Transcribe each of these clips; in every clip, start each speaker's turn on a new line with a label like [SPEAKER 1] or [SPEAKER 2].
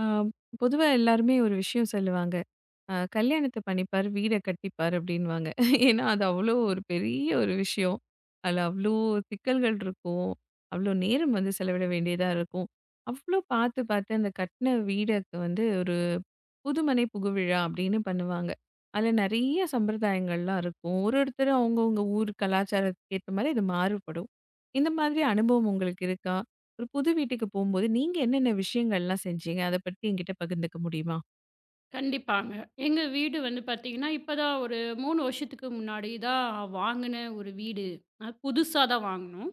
[SPEAKER 1] ஆ, பொதுவா எல்லாருமே ஒரு விஷயம் சொல்லுவாங்க. கல்யாணத்த பண்ணிப்பார், வீட கட்டிப்பார் அப்டின்னுவாங்க. ஏன்னா, அது அவ்ளோ ஒரு பெரிய ஒரு விஷயம். அதுல அவ்ளோ சிக்கல்கள் இருக்கும். அவ்ளோ நேரம் வந்து செலவிட வேண்டியதா இருக்கும். அவ்ளோ பார்த்து பார்த்து அந்த கட்டின வீடுக்கு வந்து புதுமனை புகுவிழா அப்படின்னு பண்ணுவாங்க. அதுல நெறைய சம்பிரதாயங்கள்லாம் இருக்கும். ஒருத்தர் அவங்கவங்க ஊர் கலாச்சாரத்துக்கு ஏத்த மாரி இது மாறுபடும். இந்த மாதிரி அனுபவம் உங்களுக்கு இருக்கா? ஒரு புது வீட்டுக்கு போம்போது நீங்க என்னென்ன விஷயங்கள்லாம் செஞ்சீங்க? அத பத்தி என்கிட்ட பகிர்ந்துக்க முடியுமா?
[SPEAKER 2] கண்டிப்பாங்க. எங்க வீடு வந்து பார்த்தீங்கன்னா, இப்பதான் ஒரு 3 வருஷத்துக்கு முன்னாடி தான் வாங்குன ஒரு வீடு. அது புதுசா தான் வாங்குனோம்.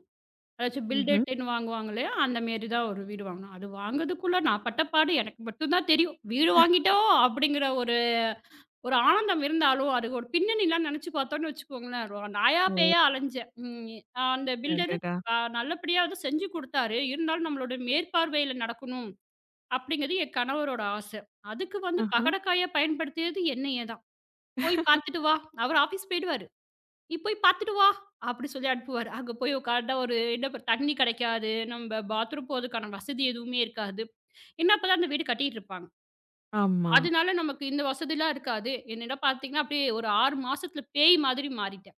[SPEAKER 2] அதாச்சும்
[SPEAKER 1] ம்ஹ்ம்.
[SPEAKER 2] பில்டர்டன்னு வாங்குவாங்க இல்லையா? அந்த மாரி தான் ஒரு வீடு வாங்குனோம். அது வாங்குறதுக்குள்ள நான் பட்ட பாடு எனக்கு மட்டும் தான் தெரியும். வீடு வாங்கிட்டோம் அப்படிங்கிற ஒரு ஒரு ஆனந்தம் இருந்தாலும், அதுக்கு ஒரு பின்னணிலாம் நெனச்சு பார்த்தோம்னு வச்சுக்கோங்களேன், நாயா
[SPEAKER 1] ஓ!
[SPEAKER 2] பேயா அலைஞ்சேன். அந்த பில்டரு
[SPEAKER 1] அடடா!
[SPEAKER 2] நல்லபடியா வந்து செஞ்சு குடுத்தாரு. இருந்தாலும் நம்மளோட மேற்பார்வையில நடக்கணும். அப்படிங்கிறது என் கணவரோட ஆசை. அதுக்கு வந்து
[SPEAKER 1] ஆஹா.
[SPEAKER 2] பகடைக்காயா பயன்படுத்தியது என்னைய தான். "போய் பார்த்துட்டு வா." அவரு ஆஃபீஸ் போயிடுவாரு. "நீ போய் பார்த்துட்டு வா," அப்படி சொல்லி அனுப்புவாரு. அங்க போய் உட்கார்ந்தா ஒரு என்ன தண்ணி கிடைக்காது. நம்ம பாத்ரூம் போறதுக்கான வசதி எதுவுமே இருக்காது. ஏன்னா அப்பதான் அந்த வீடு கட்டிட்டு இருப்பாங்க.
[SPEAKER 1] ஆமா,
[SPEAKER 2] அதனால நமக்கு இந்த வசதிலாம் இருக்காது. என்னன்னா பார்த்தீங்கன்னா, அப்படியே ஒரு 6 மாசத்துல பேய் மாதிரி மாறிட்டேன்.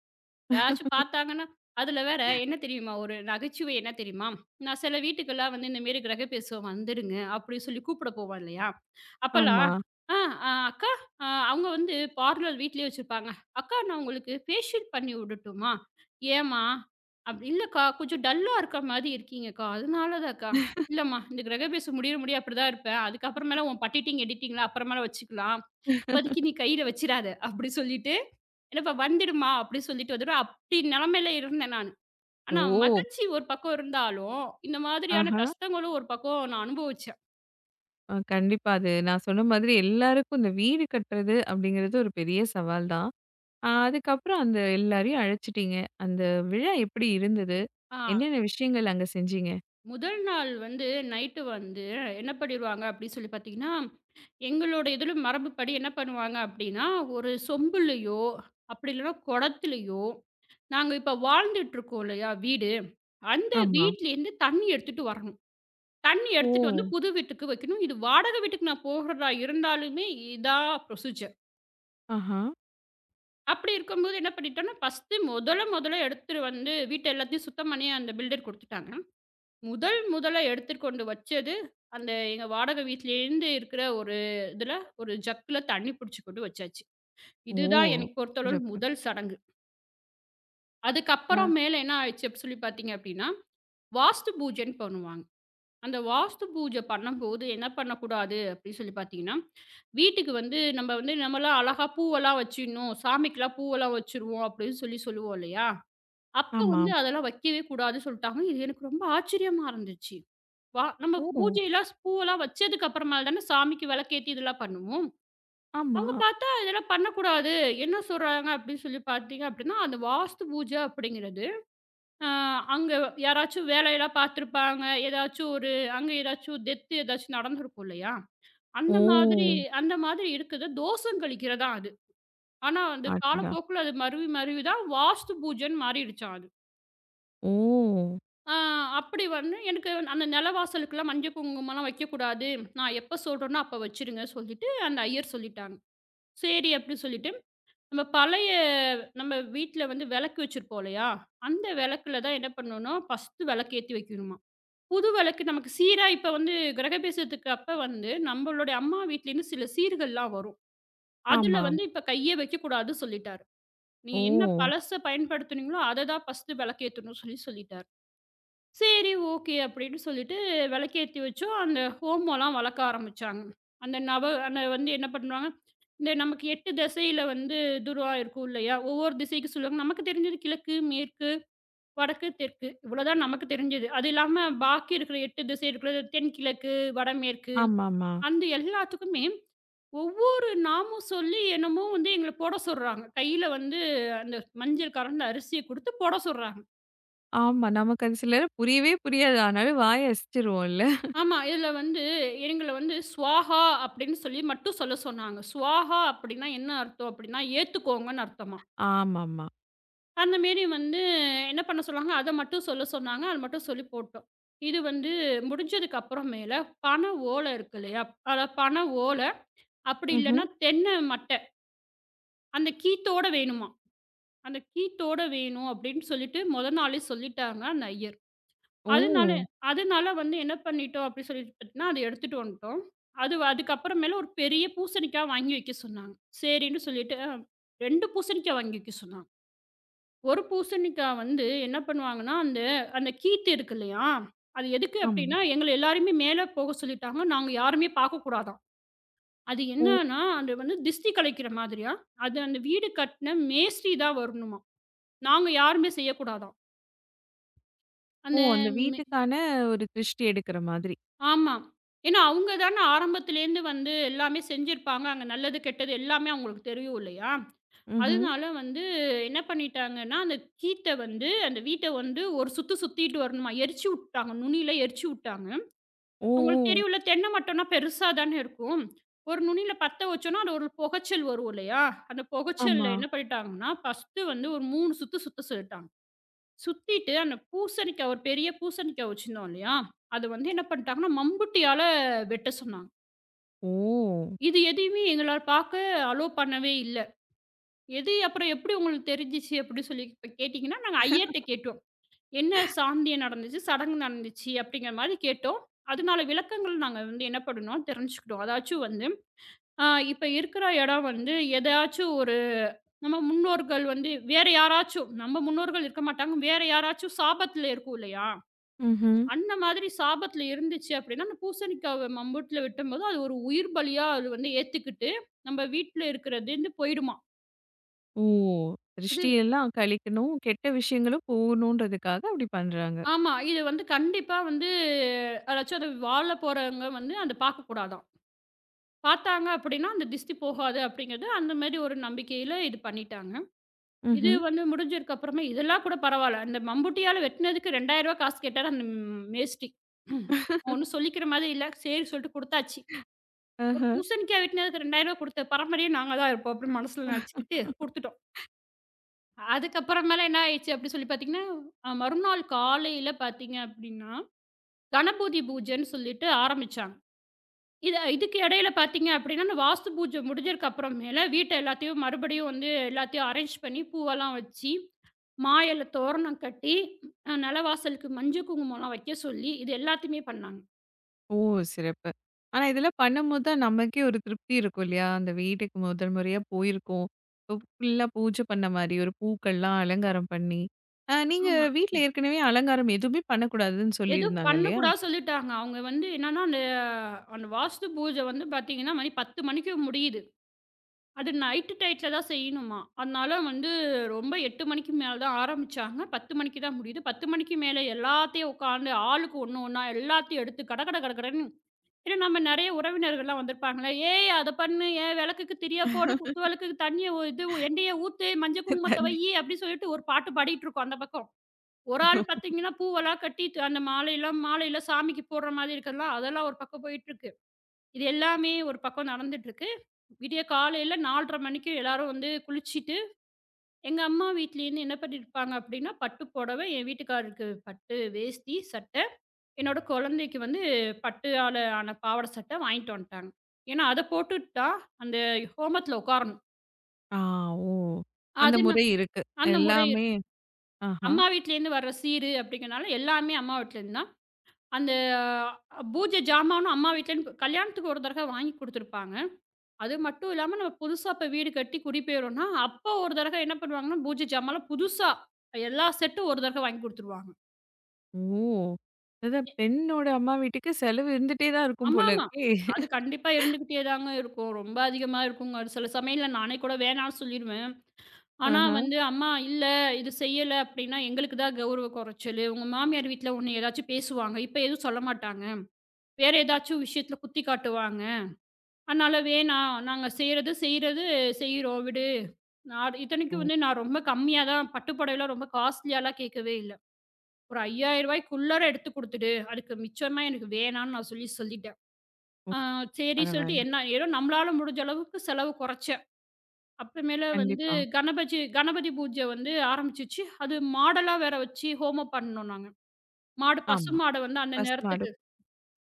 [SPEAKER 2] யாராச்சும் பார்த்தாங்கன்னா, அதுல வேற என்ன தெரியுமா? ஒரு நகைச்சுவை என்ன தெரியுமா? நான் சில வீட்டுக்கெல்லாம் வந்து இந்த மாரி கிரகப்பிரவேசம் வந்துடுங்க, அப்படின்னு சொல்லி கூப்பிட போவோம் இல்லையா? அப்பல்லாம்,
[SPEAKER 1] ஆமா.
[SPEAKER 2] "ஆ அ அக்கா, அவங்க வந்து பார்லர் வீட்லயே வச்சிருப்பாங்க. அக்கா நான் உங்களுக்கு ஃபேஷியல் பண்ணி விடட்டுமா?" "ஏம்மா?" "இல்லக்கா கொஞ்சம் டல்லா இருக்க மாரி இருக்கீங்கக்கா, அதனால தான்க்கா." "இல்லம்மா, இந்த கிரகப்பிரவேசம் முடியிற முடிய அப்படிதான் இருப்பேன். அதுக்கப்புறமேல உன் பட்டிட்டிங், எடிட்டிங்லாம் அப்புறமேல வச்சுக்கலாம். இப்போதைக்கு நீ கையில வச்சிராத," அப்படி சொல்லிட்டு, "என்னப்பா வந்துடுமா," அப்படி சொல்லிட்டு வந்துட்டோம். அப்படி நிலைமையில இருந்தேன் நானு. ஆனா
[SPEAKER 1] ஓ!
[SPEAKER 2] மகிழ்ச்சி ஒரு பக்கம் இருந்தாலும், இந்த மாதிரியான
[SPEAKER 1] ஆஹா.
[SPEAKER 2] கஷ்டங்களும் ஒரு பக்கம் நான் அனுபவிச்சேன்.
[SPEAKER 1] கண்டிப்பா. அது நான் சொன்ன மாதிரி எல்லாருக்கும் இந்த வீடு கட்டுறது அப்படிங்கிறது ஒரு பெரிய சவால் தான். ஆ அதுக்கப்புறம் அந்த எல்லாரையும் அழைச்சிட்டீங்க. அந்த விழா எப்படி இருந்தது?
[SPEAKER 2] ஆ
[SPEAKER 1] என்னென்ன விஷயங்கள் அங்க செஞ்சீங்க?
[SPEAKER 2] முதல் நாள் வந்து நைட்டு வந்து என்ன பண்ணிருவாங்க அப்படின்னு சொல்லி பார்த்தீங்கன்னா, எங்களோட இதில மரபுப்படி என்ன பண்ணுவாங்க அப்படின்னா, ஒரு சொம்புலயோ, அப்படி இல்லன்னா குடத்துலயோ, நாங்க இப்ப வாழ்ந்துட்டுருக்கோம் இல்லையா வீடு, அந்த
[SPEAKER 1] ஆமா.
[SPEAKER 2] வீட்லேருந்து தண்ணி எடுத்துட்டு வரணும். தண்ணி
[SPEAKER 1] ஓ!
[SPEAKER 2] எடுத்துட்டு வந்து புது வீட்டுக்கு வைக்கணும். இது வாடகை வீட்டுக்கு நான் போகறதா இருந்தாலுமே இதான் ப்ரொசீஜர்.
[SPEAKER 1] ஆஹா.
[SPEAKER 2] அப்படி இருக்கும்போது என்ன பண்ணிட்டோம்னா, ஃபர்ஸ்ட்டு முதல முதல்ல எடுத்துட்டு வந்து வீட்ட எல்லாத்தையும் சுத்தம் பண்ணி அந்த பில்டர் குடுத்துட்டாங்க. முதல் முதல்ல எடுத்துட்டு கொண்டு வச்சது, அந்த எங்க வாடகை வீட்லேருந்து இருக்கிற ஒரு இதுல, ஒரு ஜக்குல தண்ணி புடிச்சு கொண்டு வச்சாச்சு. இதுதான்
[SPEAKER 1] ஓ!
[SPEAKER 2] எனக்கு பொறுத்தளவு
[SPEAKER 1] சிறப்பு.
[SPEAKER 2] முதல் சடங்கு.
[SPEAKER 1] ஆ.
[SPEAKER 2] அதுக்கப்புறம் மேல என்ன ஆயிடுச்சு அப்படி சொல்லி பார்த்தீங்க அப்படின்னா, வாஸ்து பூஜைன்னு பண்ணுவாங்க. அந்த வாஸ்து பூஜை பண்ணம்போது என்ன பண்ணக்கூடாது அப்படின்னு சொல்லி பார்த்தீங்கன்னா, வீட்டுக்கு வந்து நம்ம வந்து நம்மலாம் அழகா பூவெல்லாம் வச்சிடணும். சாமிக்கெல்லாம் பூவெல்லாம் வச்சுருவோம் அப்படின்னு சொல்லி சொல்லுவோம் இல்லையா? அப்ப
[SPEAKER 1] ஆமா.
[SPEAKER 2] வந்து அதெல்லாம் வைக்கவே கூடாதுன்னு சொல்ட்டாங்க. இது எனக்கு ரொம்ப ஆச்சரியமா இருந்துச்சு. வா நம்ம
[SPEAKER 1] ஓ!
[SPEAKER 2] பூஜையெல்லாம் பூவெல்லாம் வச்சதுக்கு அப்புறமால தானே சாமிக்கு விளக்கேத்தி இதெல்லாம் பண்ணுவோம்.
[SPEAKER 1] ஆமா.
[SPEAKER 2] அவங்க பார்த்தா இதெல்லாம் பண்ணக்கூடாது. என்ன சொல்றாங்க அப்படின்னு சொல்லி பார்த்தீங்க அப்படின்னா, அந்த வாஸ்து பூஜை அப்படிங்கிறது. ஆ, அங்க யாராச்சும் வேலையெல்லாம் பார்த்துருப்பாங்க. ஏதாச்சும் ஒரு அங்க ஏதாச்சும் டெத் ஏதாச்சும் நடந்திருக்கும் இல்லையா? அந்த மாதிரி
[SPEAKER 1] ஓ!
[SPEAKER 2] அந்த மாதிரி இருக்குது. தோஷம் கழிக்கிறது தான் அது. ஆனா வந்து
[SPEAKER 1] அடடா!
[SPEAKER 2] காலப்போக்குல அது மருவி மருவி தான் வாஸ்து பூஜைன்னு மாறிடுச்சாம் அது.
[SPEAKER 1] ஓ!
[SPEAKER 2] ஆ அப்படி வந்து எனக்கு அந்த நிலவாசலுக்கெல்லாம் மஞ்சள் குங்குமம்லாம் வைக்கக்கூடாது. நான் எப்ப சொல்றேனோ அப்ப வச்சுருங்க சொல்லிட்டு அந்த ஐயர் சொல்லிட்டாங்க. சரி அப்படின்னு சொல்லிட்டு, நம்ம பழைய நம்ம வீட்ல வந்து விளக்கு வச்சிருப்போம் இல்லையா? அந்த விளக்குல தான் என்ன பண்ணணும்னா, ஃபர்ஸ்ட்டு விளக்கேத்தி வைக்கணுமா. புது வழக்கு நமக்கு சீரா இப்ப வந்து கிரகபிரவேசத்துக்கு அப்ப வந்து நம்மளுடைய அம்மா வீட்லேருந்து சில சீர்கள்லாம் வரும். அதுல
[SPEAKER 1] ஆமா.
[SPEAKER 2] வந்து இப்ப கையே வைக்கக்கூடாது சொல்லிட்டாரு.
[SPEAKER 1] ஓ!
[SPEAKER 2] நீங்க என்ன பழச பயன்படுத்துனீங்களோ அத தான் ஃபர்ஸ்ட்டு விளக்கேத்தணும்னு சொல்லி சொல்லிட்டாரு. சரி ஓகே அப்படின்னு சொல்லிட்டு விளக்கேத்தி வச்சோம். அந்த ஹோமம்லாம் வளர்க்க ஆரம்பிச்சாங்க. அந்த வந்து என்ன பண்ணுவாங்க, இந்த நமக்கு 8 திசையில வந்து துர்வா இருக்கும் இல்லையா? ஒவ்வொரு திசைக்கு சொல்லுவாங்க. நமக்கு தெரிஞ்சது கிழக்கு, மேற்கு, வடக்கு, தெற்கு இவ்வளோதான் நமக்கு தெரிஞ்சது. அது இல்லாம பாக்கி இருக்கிற 8 திசை இருக்கிறது தென்கிழக்கு, வடமேற்கு.
[SPEAKER 1] ஆமாமா.
[SPEAKER 2] அந்த எல்லாத்துக்குமே ஒவ்வொரு நாமும் சொல்லி என்னமோ வந்து எங்கள போட சொல்றாங்க. கையில வந்து அந்த மஞ்சள் கலந்த அரிசிய குடுத்து போட சொல்றாங்க.
[SPEAKER 1] ஆமா. ஆமா நமக்கு அது சிலர புரியவே புரியாது. ஆனாலும் வாய அசைச்சிருவோம்ல.
[SPEAKER 2] ஆமா. இதுல வந்து எங்கள வந்து "ஸ்வாஹா" அப்படின்னு சொல்லி மட்டும் சொல்ல சொன்னாங்க. "ஸ்வாஹா" அப்படின்னா என்ன அர்த்தம் அப்படின்னா, ஏத்துக்கோங்கன்னு அர்த்தமாம்.
[SPEAKER 1] ஆமாமா.
[SPEAKER 2] அந்த மாரி வந்து என்ன பண்ண சொன்னாங்க, அத மட்டும் சொல்ல சொன்னாங்க. அது மட்டும் சொல்லி போட்டோம். இது வந்து முடிஞ்சதுக்கு அப்புறமேல பன ஓலை இருக்கு இல்லையா? அதான் பன ஓலை, அப்படி
[SPEAKER 1] ம்ஹ்ம்.
[SPEAKER 2] இல்லன்னா தென்னை மட்டை. அந்த கீத்தோட வேணுமாம். அந்த கீத்தோட வேணும் அப்படின்னு சொல்லிட்டு மொத நாளே சொல்லிட்டாங்க அந்த ஐயர். அதனால
[SPEAKER 1] ஓ!
[SPEAKER 2] அதனால வந்து என்ன பண்ணிட்டோம் அப்படி சொல்லிட்டு பார்த்தீங்கன்னா, அத எடுத்துட்டு வந்துட்டோம். அதுக்கப்புறமேல ஒரு பெரிய பூசணிக்காய் வாங்கி வைக்க சொன்னாங்க. சரின்னு சொல்லிட்டு 2 பூசணிக்காய் வாங்கி வைக்க சொன்னாங்க. ஒரு பூசணிக்காய் வந்து என்ன பண்ணுவாங்கன்னா, அந்த அந்த கீத்து இருக்கு இல்லையா? அது எதுக்கு
[SPEAKER 1] ஆமா.
[SPEAKER 2] அப்டின்னா, எங்கள எல்லாரையுமே மேல போக சொல்லிட்டாங்க. நாங்க யாருமே பார்க்கக்கூடாதாம். அது
[SPEAKER 1] ஓ!
[SPEAKER 2] என்னன்னா, அது வந்து திஷ்டி கலைக்கிற மாதிரியா, அது அந்த வீடு கட்டின மேஸ்திரி தான் வரணுமாம். நாங்க யாருமே செய்யக்கூடாதாம்.
[SPEAKER 1] ஓ!
[SPEAKER 2] அந்த
[SPEAKER 1] அந்த
[SPEAKER 2] மெ
[SPEAKER 1] வீட்டுக்கான ஒரு திருஷ்டி எடுக்கிற மாதிரி.
[SPEAKER 2] ஆமா. ஏன்னா, அவங்க தானே ஆரம்பத்துலேருந்து வந்து எல்லாமே செஞ்சிருப்பாங்க. அங்க நல்லது, கெட்டது எல்லாமே அவங்களுக்கு தெரியும் இல்லையா?
[SPEAKER 1] ம்ஹ்ம்.
[SPEAKER 2] அதனால வந்து என்ன பண்ணிட்டாங்கன்னா, அந்த கீத்த வந்து அந்த வீட்ட வந்து ஒரு சுத்து சுத்திட்டு வரணுமா. எரிச்சு உட்டாங்க. நுனியில எரிச்சு உட்டாங்க.
[SPEAKER 1] ஓ!
[SPEAKER 2] உங்களுக்கு
[SPEAKER 1] ஓ!
[SPEAKER 2] தெரியும்ல தென்னை மட்டம்னா பெருசா தானே இருக்கும். ஒரு நுனியில பத்த வச்சோம்னா, அது ஒரு புகைச்சல் வரும் இல்லையா? அந்த
[SPEAKER 1] ஆமா.
[SPEAKER 2] புகைச்சல்ல என்ன பண்ணிட்டாங்கன்னா, ஃபர்ஸ்ட்டு வந்து ஒரு 3 சுத்து சுத்த சொல்லிட்டாங்க. சுத்திட்டு அந்த பூசணிக்காய் ஒரு பெரிய பூசணிக்காய் வச்சிருந்தோம் இல்லையா? அத வந்து என்ன பண்ணிட்டாங்கன்னா, மம்புட்டியால வெட்ட சொன்னாங்க.
[SPEAKER 1] ஓ!
[SPEAKER 2] இது எதையுமே எங்களால பார்க்க அலோ பண்ணவே இல்ல. எது அப்புறம் எப்படி உங்களுக்கு தெரிஞ்சுச்சு? அப்படி சொல்லி இப்ப கேட்டீங்கன்னா, நாங்க ஐயர்ட்ட கேட்டோம். என்ன சாந்தியம் நடந்துச்சு? சடங்கு நடந்துச்சு? அப்படிங்கிற மாரி கேட்டோம். அதனால விளக்கங்கள் நாங்க வந்து என்ன பண்ணுனோம்? தெரிஞ்சுக்கிட்டோம். அதாச்சும் வந்து, அ இப்ப இருக்கிற இடம் வந்து எதாச்சும் ஒரு நம்ம முன்னோர்கள் வந்து வேற யாராச்சும் நம்ம முன்னோர்கள் இருக்க மாட்டாங்க. வேற யாராச்சும் சாபத்துல இருக்கும் இல்லையா?
[SPEAKER 1] ம்ஹ்ம்.
[SPEAKER 2] அந்த மாதிரி சாபத்துல இருந்துச்சு அப்படின்னா, அந்த பூசணிக்காவ மம்புட்டில வெட்டும்போது, அது ஒரு உயிர் பலியா அது வந்து ஏத்துக்கிட்டு, நம்ம வீட்ல இருக்கிறதுன்னு போயிடுமாம்.
[SPEAKER 1] ஓ! திருஷ்டி எல்லாம் கழிக்கணும், கெட்ட விஷயங்களும் போகணுன்றதுக்காக அப்படி பண்றாங்க.
[SPEAKER 2] ஆமா. இது வந்து கண்டிப்பா வந்து யாராச்சும் அது வாழ போறவங்க வந்து அத பார்க்கக்கூடாதாம். பார்த்தாங்க அப்படின்னா, அந்த திஷ்டி போகாது அப்படிங்கிறது, அந்த மாரி ஒரு நம்பிக்கையில இது பண்ணிட்டாங்க. இது
[SPEAKER 1] ம்ஹ்ம்.
[SPEAKER 2] வந்து முடிஞ்சதுக்கு அப்புறமா இதெல்லாம் கூட பரவால்ல. அந்த மம்புட்டியால வெட்டுனதுக்கு ரூ. 2000 காசு கேட்டாரு அந்த மேஸ்திரி. ஒண்ணும் சொல்லிக்கிற மாதிரி இல்ல. சரி சொல்லிட்டு குடுத்தாச்சு. ஒரு
[SPEAKER 1] ஆஹா.
[SPEAKER 2] பூசணிக்காய் வெட்டினதுக்கு ரூ. 2000 குடுத்த பரம்பரையே நாங்க தான் இருப்போம் அப்படின்னு மனசுல நெனச்சுக்கிட்டு குடுத்துட்டோம். அதுக்கப்புறமேல என்ன ஆயிடுச்சு அப்படி சொல்லி பார்த்தீங்கன்னா, மறுநாள் காலையில பார்த்தீங்க அப்படின்னா கணபூதி பூஜைன்னு சொல்லிட்டு ஆரம்பிச்சாங்க. இது இதுக்கு இடையில பார்த்தீங்க அப்படின்னா, அந்த வாஸ்து பூஜை முடிஞ்சதுக்கு அப்புறமேல வீட்ட எல்லாத்தையும் மறுபடியும் வந்து எல்லாத்தையும் அரேஞ்ச் பண்ணி பூவெல்லாம் வச்சு, மா இல தோரணம் கட்டி, நிலவாசலுக்கு மஞ்சள் குங்குமம்லாம் வைக்க சொல்லி, இது எல்லாத்தையுமே பண்ணாங்க.
[SPEAKER 1] ஓ! சிறப்பு. ஆனா இதெல்லாம் பண்ணும்போது தான் நமக்கே ஒரு திருப்தி இருக்கும் இல்லையா? அந்த வீட்டுக்கு முதல் முறையா போயிருக்கோம். இப்போ ஃபுல்லா பூஜை பண்ண மாரி ஒரு பூக்கள்லாம் அலங்காரம் பண்ணி, நீங்க
[SPEAKER 2] ஆமா.
[SPEAKER 1] வீட்ல ஏற்கனவே அலங்காரம் எதுவுமே பண்ணக்கூடாதுன்னு
[SPEAKER 2] எதுவும்
[SPEAKER 1] சொல்லியிருந்தாங்க இல்லையா?
[SPEAKER 2] பண்ணக்கூடாதுன்னு சொல்லிட்டாங்க. அவங்க வந்து என்னன்னா, அந்த அந்த வாஸ்து பூஜை வந்து பார்த்தீங்கன்னா, மணி 10:00 மணிக்கு முடியுது. அது நைட்டு டையத்துல தான் செய்யணுமாம். அதனால வந்து ரொம்ப 8 மணிக்கு மேல தான் ஆரம்பிச்சாங்க. 10 மணிக்கு தான் முடியுது. 10 மணிக்கு மேல எல்லாத்தையும் உட்காந்து ஆளுக்கு ஒண்ணு ஒண்ணா எல்லாத்தையும் எடுத்து கட கட கட கடன்னு, ஏன்னா நம்ம நெறைய உறவினர்கள்லாம் வந்திருப்பாங்களா, "ஏய் அத பண்ணு, ஏன் விளக்குக்கு திரிய போடு, குத்து விளக்குக்கு தண்ணிய ஒ இது எண்ணெய ஊத்து, மஞ்சள் குங்குமத்த
[SPEAKER 1] தண்ணி.
[SPEAKER 2] வையி," அப்படி சொல்லிட்டு ஒரு பாட்டு பாடிட்டு இருக்கோம் அந்த பக்கம். ஒரு ஆள் பார்த்தீங்கன்னா பூவெல்லாம் கட்டி அந்த மாலையெல்லாம் மாலையில சாமிக்கு போடுற மாதிரி இருக்கறதெல்லாம் அதெல்லாம் ஒரு பக்கம் போயிட்டு இருக்கு. இது எல்லாமே ஒரு பக்கம் நடந்துட்டுருக்கு. விடிய காலையில 4:30 மணிக்கு எல்லாரும் வந்து குளிச்சுட்டு, எங்க அம்மா வீட்லேருந்து என்ன பண்ணியிருப்பாங்க அப்படின்னா, பட்டு புடவை, என் வீட்டுக்காரருக்கு பட்டு வேஷ்டி, சட்டை, என்னோட குழந்தைக்கு வந்து பட்டுவால ஆன பாவாடை சட்டை வாங்கிட்டு வந்துட்டாங்க. ஏன்னா, அத போட்டுட்டா அந்த ஹோமத்தில உட்காரணும்.
[SPEAKER 1] ஆ, ஓ! அந்த
[SPEAKER 2] அது
[SPEAKER 1] முறை
[SPEAKER 2] நான்
[SPEAKER 1] இருக்கு.
[SPEAKER 2] அந்த முறை
[SPEAKER 1] எல்லாமே
[SPEAKER 2] இருக்கு.
[SPEAKER 1] ஆஹா.
[SPEAKER 2] அம்மா வீட்லேருந்து வர்ற சீரு அப்படிங்கிறனால எல்லாமே அம்மா வீட்லேருந்து தான். அந்த அஹ், பூஜை ஜாமானும் அம்மா வீட்லேருந்து கல்யாணத்துக்கு ஒரு தடவை வாங்கி குடுத்துருப்பாங்க. அது மட்டும் இல்லாம நம்ம புதுசா இப்ப வீடு கட்டி குடிபெயர்றோம்னா, அப்ப ஒரு தடக என்ன பண்ணுவாங்கன்னா, பூஜை ஜாமான்லாம் புதுசா எல்லா செட்டும் ஒரு தடக வாங்கி குடுத்துருவாங்க.
[SPEAKER 1] ஓ! அதான்
[SPEAKER 2] எ
[SPEAKER 1] பெண்ணோட அம்மா வீட்டுக்கு செலவு இருந்துட்டே தான் இருக்கும் போல
[SPEAKER 2] ஆமாமா.
[SPEAKER 1] இருக்கே!
[SPEAKER 2] அது கண்டிப்பா இருந்துகிட்டே தாங்க இருக்கும். ரொம்ப அதிகமா இருக்குங்க. அது சில சமயம்ல நானே கூட வேணான்னு சொல்லிருவேன். ஆனா
[SPEAKER 1] ஆஹா.
[SPEAKER 2] வந்து, "அம்மா இல்ல, இது செய்யல அப்படின்னா எங்களுக்கு தான் கௌரவ குறைச்சலு. உங்க மாமியார் வீட்ல உன்ன ஏதாச்சும் பேசுவாங்க. இப்ப எதுவும் சொல்ல மாட்டாங்க. வேற ஏதாச்சும் விஷயத்துல குத்தி காட்டுவாங்க. அதனால வேணாம். நாங்க செய்றது செய்றது செய்றோம் விடு." நான் இத்தனைக்கும்
[SPEAKER 1] ம்.
[SPEAKER 2] வந்து நான் ரொம்ப கம்மியா தான் பட்டு புடவைலாம் ரொம்ப காஸ்ட்லியாலாம் கேட்கவே இல்ல. ஒரு ரூ. 5000 எடுத்து குடுத்துடு. அதுக்கு மிச்சமா எனக்கு வேணான்னு நான் சொல்லி சொல்லிட்டேன்.
[SPEAKER 1] ஓ!
[SPEAKER 2] ஆ சரி சொல்லிட்டு
[SPEAKER 1] பரவால்ல.
[SPEAKER 2] என்ன ஏதோ நம்மளால முடிஞ்ச அளவுக்கு செலவு குறைச்சேன். அப்புறமேல வந்து
[SPEAKER 1] கண்டிப்பா.
[SPEAKER 2] கணபதி கணபதி பூஜை வந்து ஆரம்பிச்சுச்சு. அது மாடெல்லாம் வேற வச்சு ஹோமம் பண்ணோம் நாங்க. மாடு
[SPEAKER 1] ஆமா.
[SPEAKER 2] பசுமாட வந்து அந்த
[SPEAKER 1] பசு
[SPEAKER 2] நேரத்துக்கு
[SPEAKER 1] மாடும்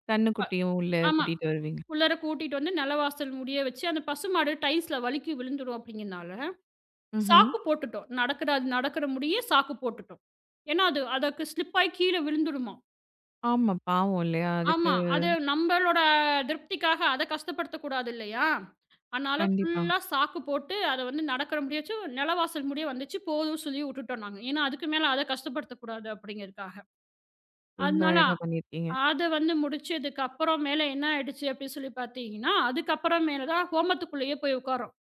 [SPEAKER 1] கன்னுக்குட்டியும் உள்ள
[SPEAKER 2] ஆமா.
[SPEAKER 1] கூட்டிட்டு வருவீங்க.
[SPEAKER 2] உள்ளார கூட்டிட்டு வந்து நிலவாசல் முடிய வச்சு அந்த பசுமாடு டைல்ஸ்ல வழுக்கி விழுந்துரும் அப்படிங்கிறனால
[SPEAKER 1] ம்ஹ்ம்.
[SPEAKER 2] சாக்கு போட்டுட்டோம். நடக்குற அது நடக்குற முடிய சாக்கு போட்டுட்டோம். ஏன்னா, அது அதுக்கு ஸ்லிப் ஆயி கீழ விழுந்துருமாம்.
[SPEAKER 1] ஆமா. பாவம் இல்லையா? அதுக்கு
[SPEAKER 2] ஆமா. அது நம்பளோட திருப்திக்காக அத கஷ்டப்படுத்தக்கூடாது இல்லையா? அதனால
[SPEAKER 1] கண்டிப்பா.
[SPEAKER 2] ஃபுல்லா சாக்கு போட்டு அத வந்து நடக்கிற முடியாச்சும் நிலவாசல் முடிய வந்துச்சு போதும்னு சொல்லி விட்டுட்டோம் நாங்க. ஏன்னா, அதுக்கு மேல அத கஷ்டப்படுத்தக்கூடாது அப்படிங்கிறதுக்காக.
[SPEAKER 1] ரொம்ப
[SPEAKER 2] அதனால
[SPEAKER 1] அழகா பண்ணியிருக்கீங்க.
[SPEAKER 2] அத வந்து முடிச்சதுக்கு அப்புறம் மேல என்ன ஆயிடுச்சு அப்படின்னு சொல்லி பார்த்தீங்கன்னா, அதுக்கப்புறம் மேல தான் ஹோமத்துக்குள்ளேயே போய் உட்கார்றோம்.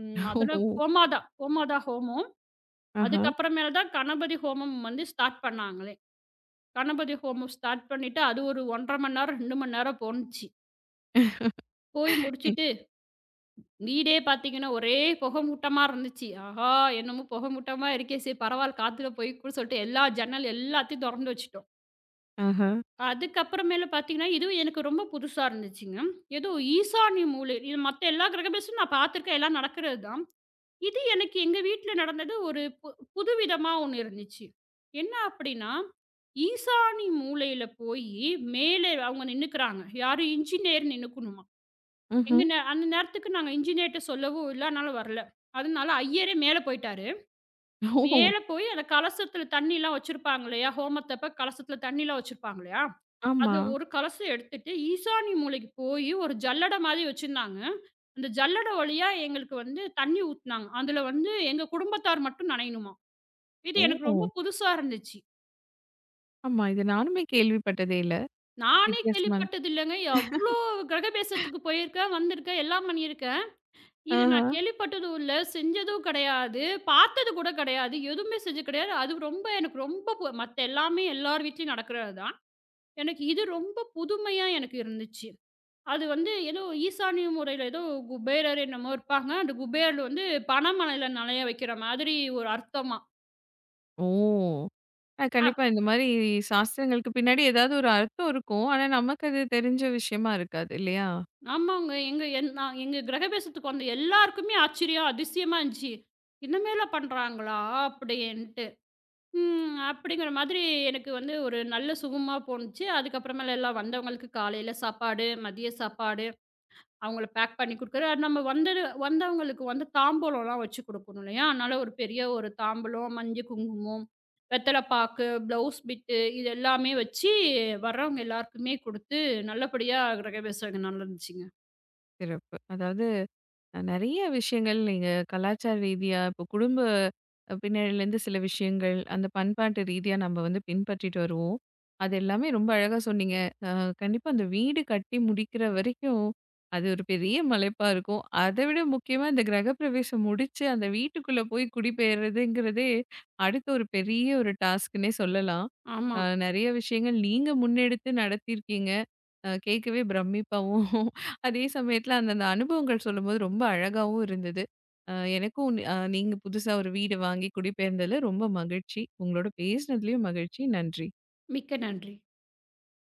[SPEAKER 2] ம். அதுல
[SPEAKER 1] ஓ!
[SPEAKER 2] ஹோமாதான் ஹோமாதான் ஹோமம்.
[SPEAKER 1] ஆஹா.
[SPEAKER 2] அதுக்கப்புறமேல தான் கணபதி ஹோமம் வந்து ஸ்டார்ட் பண்ணாங்களே. கணபதி ஹோமம் ஸ்டார்ட் பண்ணிட்டு அது ஒரு 1 1/2 மணி நேரம், 2 மணி நேரம் போணுச்சு. போய் முடிச்சுட்டு வீடே பார்த்தீங்கன்னா, ஒரே புகை மூட்டமா இருந்துச்சு. ஆஹா! என்னமோ புகை மூட்டமா இருக்கே! சரி பரவால்ல காத்துல போய்க்கும்னு சொல்லிட்டு எல்லா ஜன்னல் எல்லாத்தையும் தொறந்து வச்சுட்டோம்.
[SPEAKER 1] ஆஹா.
[SPEAKER 2] அதுக்கப்புறமேல பார்த்தீங்கன்னா, இதுவும் எனக்கு ரொம்ப புதுசா இருந்துச்சுங்க. ஏதோ ஈசான்ய மூலை இது மத்த எல்லா கிரகபேசமும் நான் பார்த்துருக்கேன். எல்லாம் நடக்கிறது தான். இது எனக்கு எங்க வீட்ல நடந்தது ஒரு புதுவிதமா ஒண்ணு இருந்துச்சு. என்ன அப்படின்னா, ஈசானி மூலையில போயி மேலே அவங்க நின்னுக்குறாங்க. யாரு? இன்ஜினியர் நின்னுக்கணுமா. எங்க
[SPEAKER 1] ம்ஹ்ம்.
[SPEAKER 2] நே அந்த நேரத்துக்கு நாங்க இன்ஜினியர்ட்ட சொல்லவும் இல்ல. அதனால வரல. அதனால ஐயரே மேல போயிட்டாரு.
[SPEAKER 1] ஓ!
[SPEAKER 2] மேல போய் அந்த கலசத்துல தண்ணிலாம் வச்சிருப்பாங்க இல்லையா? ஹோமத்தப்ப கலசத்துல தண்ணிலாம் வச்சிருப்பாங்க இல்லையா?
[SPEAKER 1] ஆமா.
[SPEAKER 2] அது ஒரு கலசம் எடுத்துட்டு, ஈசானி மூலைக்கு போயி, ஒரு ஜல்லடை மாதிரி வச்சிருந்தாங்க. அந்த ஜல்லட வழியா எங்களுக்கு வந்து தண்ணி ஊத்துனாங்க. அதுல வந்து எங்க குடும்பத்தார் மட்டும் நனையணுமாம். இது எனக்கு ரொம்ப
[SPEAKER 1] ஓ!
[SPEAKER 2] புதுசா இருந்துச்சு.
[SPEAKER 1] ஆமா. இது நானுமே கேள்விப்பட்டதே இல்ல.
[SPEAKER 2] நானே
[SPEAKER 1] வித்தியாசமான
[SPEAKER 2] கேள்விப்பட்டது இல்லங்க. எவ்ளோ கிரகபேசத்துக்கு போயிருக்கேன், வந்திருக்கேன், எல்லாம் பண்ணியிருக்கேன். இது
[SPEAKER 1] ஆஹா.
[SPEAKER 2] நான் கேள்விப்பட்டதும் இல்ல, செஞ்சதும் கிடையாது, பார்த்தது கூட கிடையாது, எதுவுமே செஞ்சது கிடையாது. அது ரொம்ப எனக்கு ரொம்ப மத்த எல்லாமே எல்லார் வீட்லயும் நடக்கிறது தான். எனக்கு இது ரொம்ப புதுமையா எனக்கு இருந்துச்சு. அது வந்து ஏதோ ஈசானிய முறையில ஏதோ குபேரர் என்னமோ இருப்பாங்க. அந்த குபேரர் வந்து பணமழையில நனைய வைக்கிற மாதிரி ஒரு அர்த்தமா.
[SPEAKER 1] ஓ! ஆ
[SPEAKER 2] அப்
[SPEAKER 1] கண்டிப்பா. இந்த மாரி சாஸ்திரங்களுக்கு பின்னாடி ஏதாவது ஒரு அர்த்தம் இருக்கும். ஆனா, நமக்கு அது தெரிஞ்ச விஷயமா இருக்காது இல்லையா?
[SPEAKER 2] ஆமாங்க. எங்க என் நான் எங்க கிரகபேசத்துக்கு வந்த எல்லாருக்குமே ஆச்சரியம், அதிசயமா இருந்துச்சு. இனிமேலா பண்றாங்களா? அப்படின்ட்டு. ம். அப்படிங்கிற மாதிரி எனக்கு வந்து ஒரு நல்ல சுகமா போணுச்சு. அதுக்கப்புறமேல எல்லாம் வந்தவங்களுக்கு காலையில சாப்பாடு, மதிய சாப்பாடு அவங்கள பேக் பண்ணி குடுக்குறது. அது நம்ம வந்தது வந்தவங்களுக்கு வந்து தாம்பூலம்லாம் வச்சு குடுக்கணும் இல்லையா? அதனால ஒரு பெரிய ஒரு தாம்பூலம், மஞ்சள் குங்குமம், வெத்தலை பாக்கு, ப்ளவுஸ் பிட்டு இது எல்லாமே வச்சு வர்றவங்க எல்லாருக்குமே குடுத்து நல்லபடியா கிரகபிரவேசம் நடந்துச்சுங்க.
[SPEAKER 1] சிறப்பு. அதாவது, நெறைய விஷயங்கள் நீங்க கலாச்சார ரீதியா, இப்போ குடும்ப பின்னணியிலேருந்து சில விஷயங்கள், அந்த பண்பாட்டு ரீதியா நம்ம வந்து பின்பற்றிட்டு வருவோம். அது எல்லாமே ரொம்ப அழகா சொன்னீங்க. அ கண்டிப்பா அந்த வீடு கட்டி முடிக்கிற வரைக்கும், அது ஒரு பெரிய மலைப்பா இருக்கும். அதை விட முக்கியமா இந்த கிரகப்பிரவேசம் முடிச்சு, அந்த வீட்டுக்குள்ள போய் குடிபெயர்றதுங்கிறதே, அடுத்த ஒரு பெரிய ஒரு டாஸ்க்குன்னே சொல்லலாம்.
[SPEAKER 2] ஆமா.
[SPEAKER 1] அ நெறைய விஷயங்கள் நீங்க முன்னெடுத்து நடத்தியிருக்கீங்க. கேட்கவே பிரமிப்பாவும் அதே சமயத்தில அந்தந்த அனுபவங்கள் சொல்லும்போது ரொம்ப அழகாவும் இருந்தது. எனக்கும் நீங்க புதுசா ஒரு வீடு வாங்கி குடிபெயர்ந்ததுல ரொம்ப மகிழ்ச்சி. உங்களோட பேசினதுலயும் மகிழ்ச்சி. நன்றி.
[SPEAKER 2] மிக்க நன்றி.